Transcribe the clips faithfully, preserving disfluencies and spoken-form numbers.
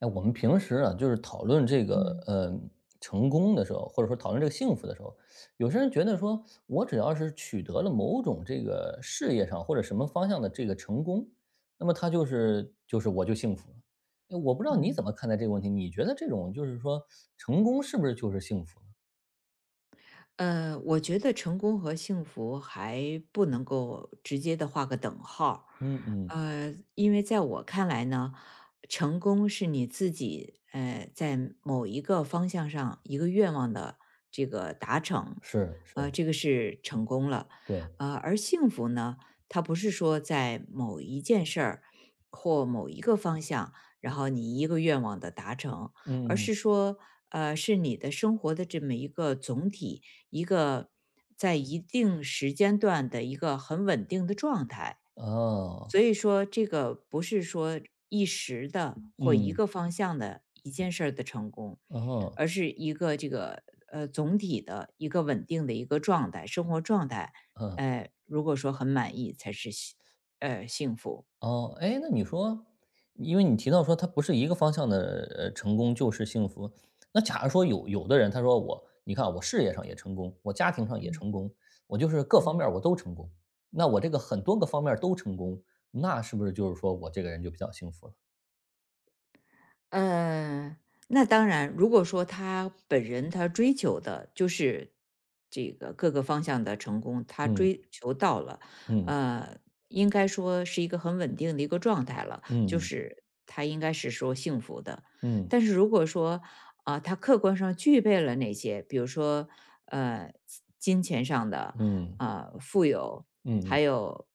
哎，我们平时啊，就是讨论这个嗯呃成功的时候，或者说讨论这个幸福的时候，有些人觉得说，我只要是取得了某种这个事业上或者什么方向的这个成功，那么他就是就是我就幸福了。哎，我不知道你嗯。怎么看待这个问题？你觉得这种就是说成功是不是就是幸福呢？呃，我觉得成功和幸福还不能够直接的画个等号儿嗯嗯，呃，因为在我看来呢，成功是你自己呃在某一个方向上一个愿望的这个达成，是是，呃，这个是成功了，对，呃，而幸福呢，它不是说在某一件事儿或某一个方向，然后你一个愿望的达成，嗯而嗯，是说，呃，是你的生活的这么一个总体。一个在一定时间段的一个很稳定的状态。哦，所以说，这个不是说一时的或一嗯，个方向的一件事儿的成功，哦，嗯。而是一个这个呃总体的一个稳定的一个状态，生活状态。哦呃，如果说很满意，才是幸呃幸福。哦，哎，那你说，因为你提到说它不是一个方向的，呃，成功就是幸福。那假如说有有的人他说我，你看啊，我事业上也成功，我家庭上也嗯成功，我就是各方面嗯。儿我都成功，那我这个很多个方面儿都成功，那是不是就是说我这个人就比较幸福了？呃，那当然，如果说他本人他追求的就是这个各个方向的成功，他嗯追求到了，嗯呃，应该说是一个很稳定的一个状态了，就嗯嗯是他应该是说幸福的。嗯但是如果说啊、他客观上具备了那些，比如说呃金钱上的嗯呃，富有，嗯，还有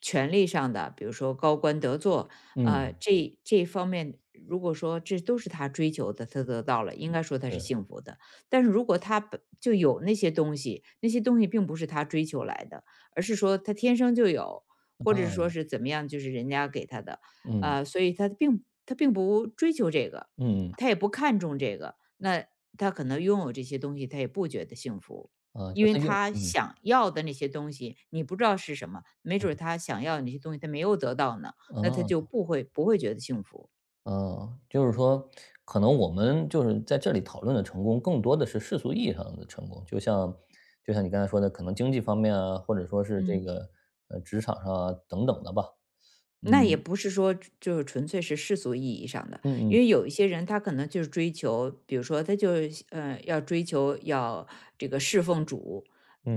权力上的，比如说高官得做，呃，嗯，这这方面，如果说这都是他追求的，他得到了，应该说他是是幸福的。但是如果他本就有那些东西，那些东西并不是他追求来的，而是说他天生就有，或者说啊，是怎么样，就是人家给他的，嗯呃，所以他并他并不追求这个，嗯，他也不看重这个，那他可能拥有这些东西，他也不觉得幸福。啊，因就是为他用，他嗯，想要的那些东西，你不知道是什么，没准儿他想要的那些东西他没有得到呢，那他就啊。不会不会觉得幸福。嗯，就是说，可能我们就是在这里讨论的成功，更多的是世俗意义上的成功。就像就像你刚才说的，可能经济方面啊，或者说是这嗯。个，呃，职场上啊，等等的吧。那也嗯，不是说就是纯粹是世俗意义上的，嗯因嗯为有一些人他可能就是追求，比如说他就是呃要追求要这个侍奉主，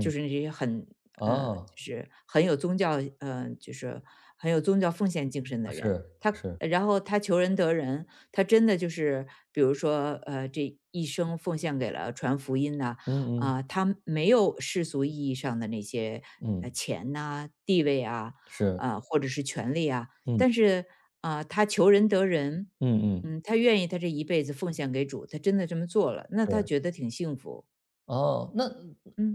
就是那些很呃啊，就是很有宗教呃就是很有宗教奉献精神的人，是他是，然后他求仁得仁，他真的就是比如说呃这一生奉献给了传福音呐嗯嗯啊、他没有世俗意义上的那些呃嗯，钱呐、地位啊，是，啊，或者是权利啊。嗯但是啊、呃他求仁得仁，嗯嗯，嗯，他愿意他这一辈子奉献给主，他真的这么做了，那他对。觉得挺幸福。哦，那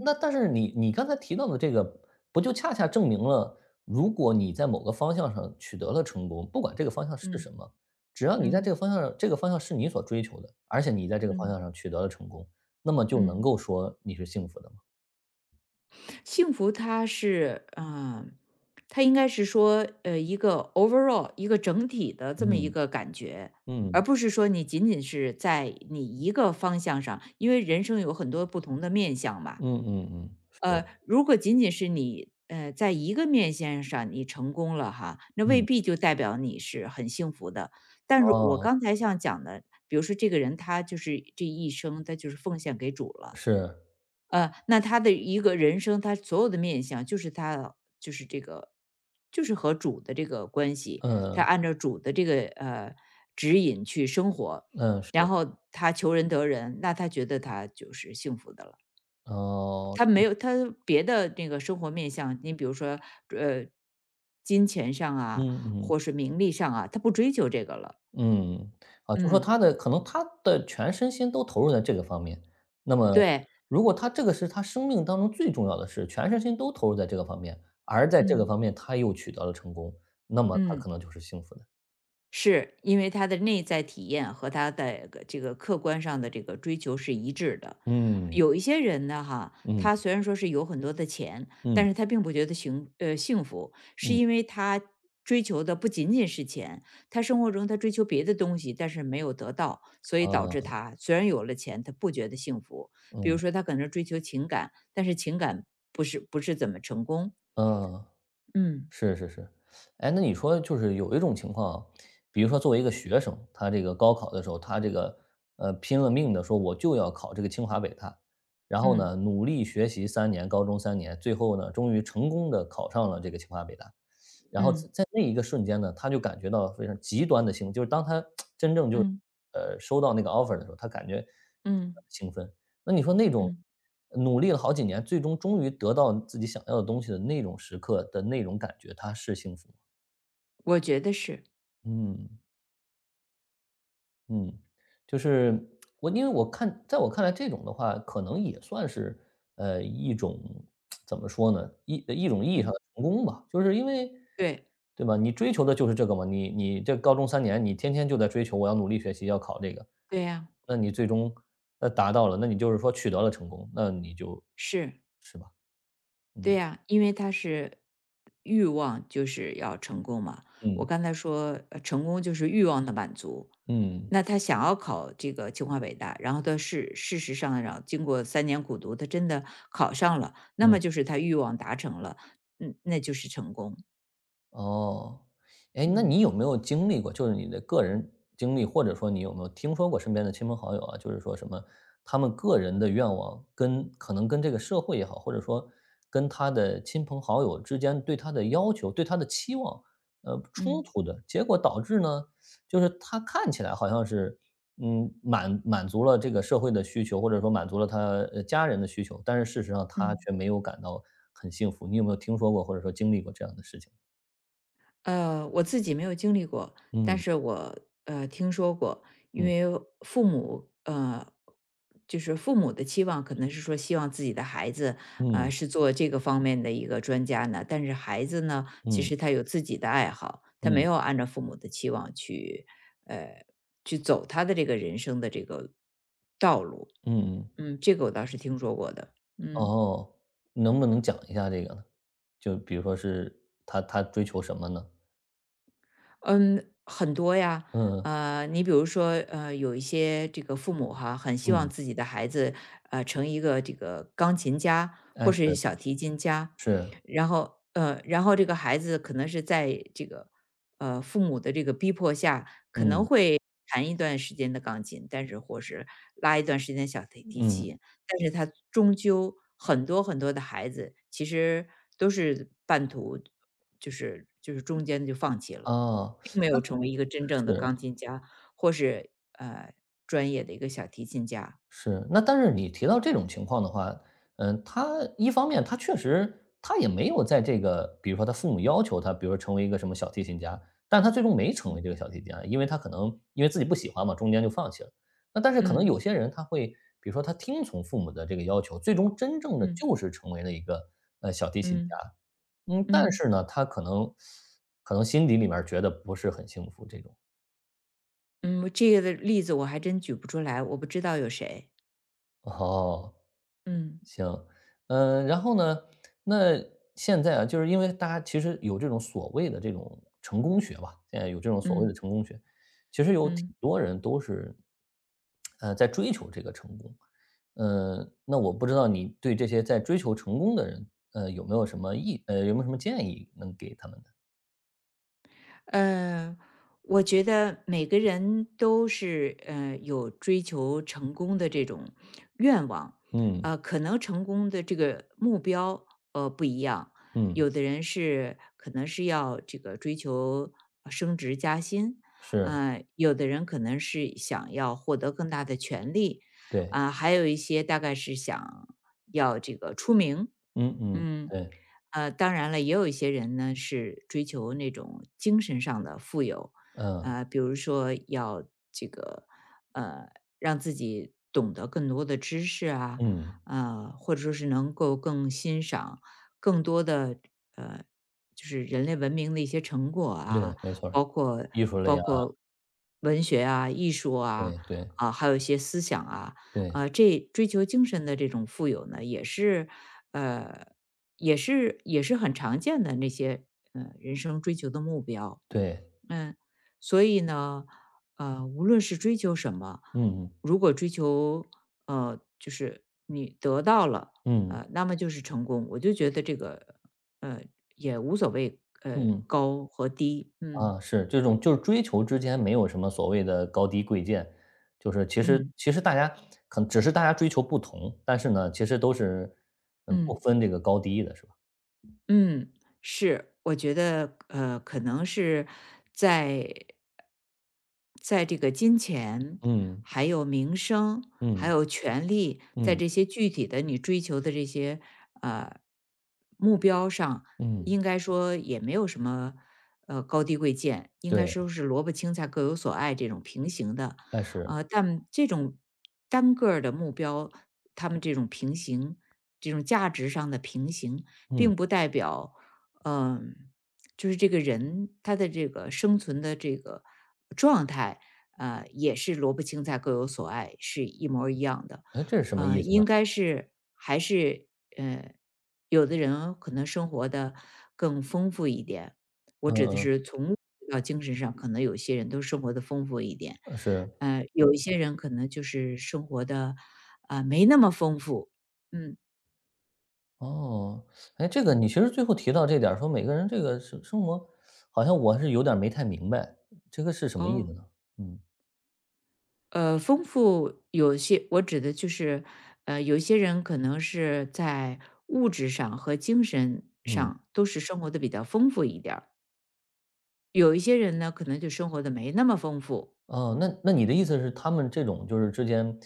那但是你你刚才提到的这个，不就恰恰证明了，如果你在某个方向上取得了成功，不管这个方向是什嗯么，只要你在嗯这个方向上这个方向是你所追求的，而且你在这个方向嗯上取得了成功，那么就能嗯，够说你是幸福的嘛。幸福它是啊、呃它应该是说呃一个 overall 一个整体的这么一嗯，个感觉。而嗯，不是说你仅仅是在你一个方向上，因为人生有很多不同的面向嘛，嗯嗯嗯，呃，是，如果仅仅是你，呃，在一个面线上你成功了哈，那未嗯，必就代表你是很幸福的。但是我哦，刚才像讲的，比如说这个人他就是这一生他就是奉献给主了，是，呃，那他的一个人生，他所有的面相就是他就是这个就是和主的这个关系，他嗯，按照主的这个呃指引去生活，嗯，是，然后他求人得人，那他觉得他就是幸福的了。哦，他没有他别的那个生活面向，你比如说，呃，金钱上啊，嗯嗯。或是名利上啊，他不追求这个了。嗯，啊，就说嗯，他的可能他的全身心都投入在这个方面，那么对，如果他这个是他生命当中最重要的事，全身心都投入在这个方面，而在这个嗯，方面他又取得了成功，那么他嗯。可能就是幸福的。是，因为他的内在体验和他的个这个客观上的这个追求是一致的。嗯，有一些人呢，哈，嗯，他虽然说是有很多的钱，嗯，但是他并不觉得幸呃幸福，是嗯，因为他追求的不仅仅是钱，他生活中他追求别的东西，但是没有得到，所以导致啊，他虽然有了钱，他不觉得幸福。比如嗯，说，他可能追求情感，但是情感不是不是怎么成功。嗯。嗯是是是。哎，那你说就是有一种情况啊，比如说作为一个学生，他这个高考的时候，他这个，呃，拼了命的说我就要考这个清华北大，然后嗯呢，努力学习三年，高中三年，最后呢，终于成功的考上了这个清华北大。然后嗯在在那一个瞬间呢，他就感觉到非常极端的兴奋，就是当他 真正就是，嗯呃，收到那个 offer 的时候，他感觉嗯兴奋。那你说那种嗯，努力了好几年，最终终于得到自己想要的东西的那种时刻的那种感觉，他是幸福吗？我觉得是。嗯。嗯，就是我因为我看在我看来这种的话，可能也算是，呃，一种怎么说呢，一一种意义上嗯，的成功吧。就是因为对，对吧，你追求的就是这个嘛，你你这高中三年，你天天就在追求我要努力学习，要考这个，对呀，那你最终，那达到了，那你就是说取得了成功，那你就是，是吧，对嗯，呀，因为他是欲望就是要成功嘛。我嗯，刚才说，呃成功就是欲望的满足。嗯，那他想要考这个清华北大，然后他事事实上，然后经过三年苦读，他真的考上了，那嗯。么就是他欲望达成了，嗯，那就是成功。哦，哎，那嗯你有没有经历过，就是你的个人经历，或者说你有没有听说过身边的亲朋好友啊，就是说什么他们个人的愿望跟可能跟这个社会也好，或者说跟他的亲朋好友之间对他的要求、对他的期望，呃，冲嗯突的结果导致呢，就是他看起来好像是，嗯，满满足了这个社会的需求，或者说满足了他呃家人的需求，但是事实上他嗯。却没有感到很幸福。你有没有听说过，或者说经历过这样的事情？呃，我自己没有经历过，但嗯是我呃听说过，因嗯为父母呃，就是父母的期望可能是说希望自己的孩子啊嗯是做这个方面的一个专家呢，但是孩子呢，其嗯实他有自己的爱好，他没嗯有按照父母的期望去呃去走他的这个人生的这个道路，嗯，嗯，这个我倒是听说过的，嗯。哦，能不能讲一下这个呢？就比如说是他他追求什么呢？嗯，很多呀。嗯呃，你比如说，呃，有一些这个父母哈，很希望嗯，自己的孩子，呃，成一个这个钢琴家哎，或是是小提琴家，是，然后，呃，然后这个孩子可能是在这个，呃，父母的这个逼迫下，可能嗯会弹一段时间的钢琴，但是或是拉一段时间的小提提嗯，琴，但是他终究很多很多的孩子其实都是半途，就是就是中间就放弃了。哦，并没有成为一个真正的是。钢琴家，或是呃专业的一个小提琴家。是，那但是你提到这种情况的话，嗯，他一方面他确实他也没有在这个，比如说他父母要求他，比如说成为一个什么小提琴家，但他最终没成为嗯这个小提琴家，因为他可能因为自己不喜欢嘛，中间就放弃了。那但是可能嗯有些人他会，比如说他听从父母的这个要求，最终真正的嗯就是成为了一个呃小提琴家。嗯，但嗯是呢，他可能可能心底里面觉得不是很幸福这种。嗯，这个的例子我还真举不出来，我不知道有谁。哦，嗯行，嗯，然后呢，那现在啊，就是因为大家其实有这种所谓的这种成功学吧，现在有这种所谓的嗯成功学，其实有挺嗯。多人都是，呃，在追求这个成功。呃，那我不知道你对这些在追求成功的人，呃，有没有什么意呃，有没有什么建议能给他们的？嗯，我觉得每个人都是呃有追求成功的这种愿望，嗯，呃，可能成功的这个目标呃不一样，嗯，有的人是可能是要这个追求呃升职加薪，是，呃，有的人可能是想要获得更大的权利，对，啊、还有一些大概是想要这个出名，嗯嗯，嗯，对，呃，当然了，也有一些人呢是追求那种精神上的富有，嗯，呃，比如说要这个呃，让自己懂得更多的知识啊，嗯，呃，或者说是能够更欣赏更多的呃，就是人类文明的一些成果对，啊，没错儿，包括艺术类包啊，括文学啊、艺术啊对对啊、还有一些思想啊，对啊，这追求精神的这种富有呢，也是，呃，也是也是很常见的那些呃人生追求的目标。对。嗯，所以呢，呃，无论是追求什么，嗯嗯如果追求呃，就是你得到了，嗯，呃，那么就是成功。我就觉得这个呃也无所谓，呃，嗯，高和低。嗯啊，是这种就是追求之间没有什么所谓的高低贵贱，就是其实嗯其实大家可能只是大家追求不同，但是呢，其实都是嗯不嗯。分这个高低的，是吧？嗯，是，我觉得呃，可能是在在这个金钱、嗯还有名声、还嗯有权利，在嗯这些具体的你追求的这些呃目标上，嗯，应该说也没有什么呃高低贵贱，应该对，说是萝卜青菜各有所爱这种平行的。但是呃，但这种单个儿的目标，他们这种平行，这种价值上的平行。嗯，并不代表，嗯、就是这个人他的这个生存的这个状态，呃，也是萝卜青菜各有所爱，是一模儿一样的。哎，这是什么意呃，思呢？应该是还是呃，有的人可能生活的更丰富一点。我嗯指的嗯，是从物质到精神上，可能有些人都生活的丰富一点，呃是，呃，有一些人可能就是生活的啊、呃没那么丰富。嗯哦，哎，这个嗯，你其实最后提到这点儿说每个人这个生生活，好像我是有点儿没太明白，这个是什么意思哦。呢？嗯呃，丰富有些我指的就是，呃，有一些人可能是在物质上和精神嗯。上都是生活的比较丰富一点儿有一些人呢，可能就生活的没那么丰富。哦，那那你的意思是他们这种就是之间，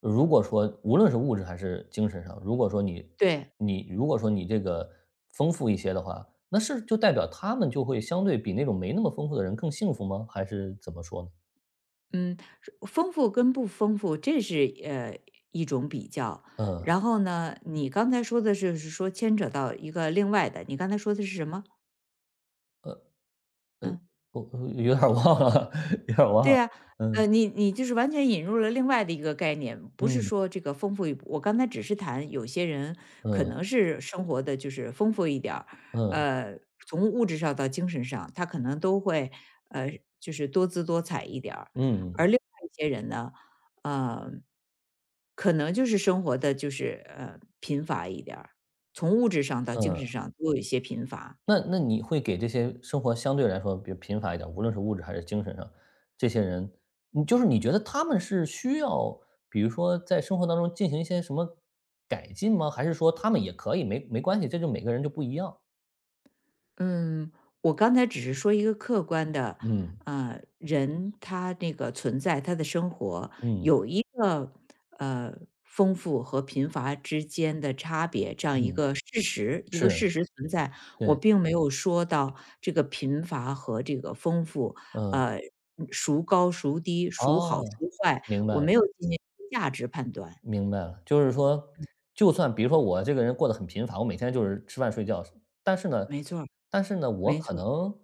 如果说无论是物质还是精神上，如果说你对，你如果说你这个丰富一些的话，那是就代表他们就会相对比那种没那么丰富的人更幸福吗？还是怎么说呢？嗯，丰富跟不丰富，这是呃一种比较。嗯，然后呢，你刚才说的是是说牵扯到一个另外的，你刚才说的是什么？呃呃，嗯。我我有点儿忘了，有点儿忘对了。啊，嗯，呃，你你就是完全引入了另外的一个概念，不是嗯，说这个丰富一我刚才只是谈有些人可嗯，能是生活的就是丰富一点儿嗯，呃，从物质上到精神上，他可能都会呃就是多姿多彩一点儿而嗯，另外一些人呢，呃，可能就是生活的就是呃贫乏一点儿从物质上到精神嗯。上都有一些贫乏。那那你会给这些生活相对来说比较贫乏一点，无论是物质还是精神上，这些人，你就是你觉得他们是需要，比如说在生活当中进行一些什么改进吗？还是说他们也可以，没没关系，这就每个人就不一样？嗯，我刚才只是说一个客观的，嗯，呃，人他那个存在，他的生活嗯，有一个呃丰富和贫乏之间的差别，这样一嗯，个事实，一个是，事实存在。我对，并没有说到这个贫乏和这个丰富，嗯，呃，孰高孰低，孰哦，好孰坏，明白我了。没有进行价值判断。明白了，就是说，就算比如说我这个人过得很贫乏，我每天就是吃饭睡觉，但是呢没错儿，但是呢，我没可错儿，能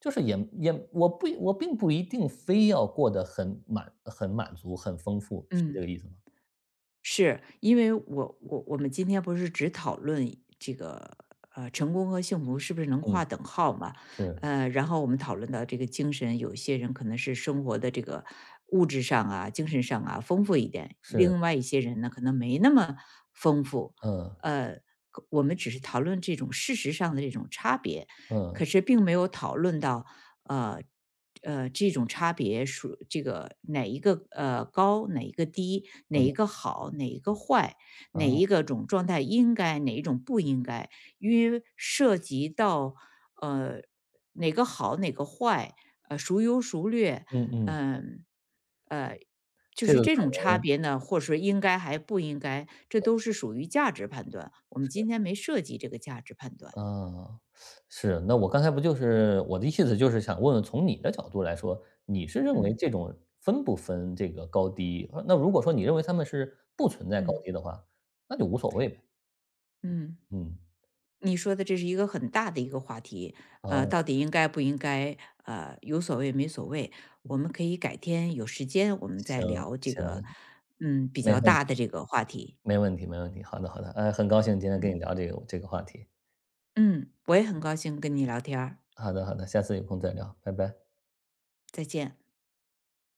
就是也也我不我并不一定非要过得很满很满足、很丰富，是这嗯。个意思吗？是，因为我我我们今天不是只讨论这个呃成功和幸福是不是能嗯，划等号嘛？是，呃，然后我们讨论到这个精神，有些人可能是生活的这个物质上啊、精神上啊丰富一点，是，另外一些人呢可能没那么丰富。嗯，呃，可我们只是讨论这种事实上的这种差别，嗯，可是并没有讨论到呃呃这种差别属这个哪一个呃高，哪一个低，哪嗯，一个好，哪一个坏，啊，哪一个种状态应该，哪一种不应该，因为涉及到呃哪个好，哪个坏，呃孰优孰劣，嗯嗯，嗯呃。就这个是这可种差能别呢，或者说应该还不应该，这都是属于价值判断。我们今天没涉及这个价值判断。嗯，是，那我刚才不就是我的意思就是想问问，从你的角度来说，你是认为嗯这种分不分这个高低？呃那如果说你认为他们是不存在高嗯低的话，那就无所谓呗。嗯。嗯，你说的这是一个很大的一个话题，哦，呃，到底应该不应该，呃，有所谓没所谓，我们可以改天有时间我们再行聊这个，行，嗯，比没较问题大的这个话题。没问题没问题，好的好的，哎，很高兴今天跟嗯你聊这个这个话题。嗯，我也很高兴跟你聊天儿，好的好的，下次有空再聊，拜拜。再见。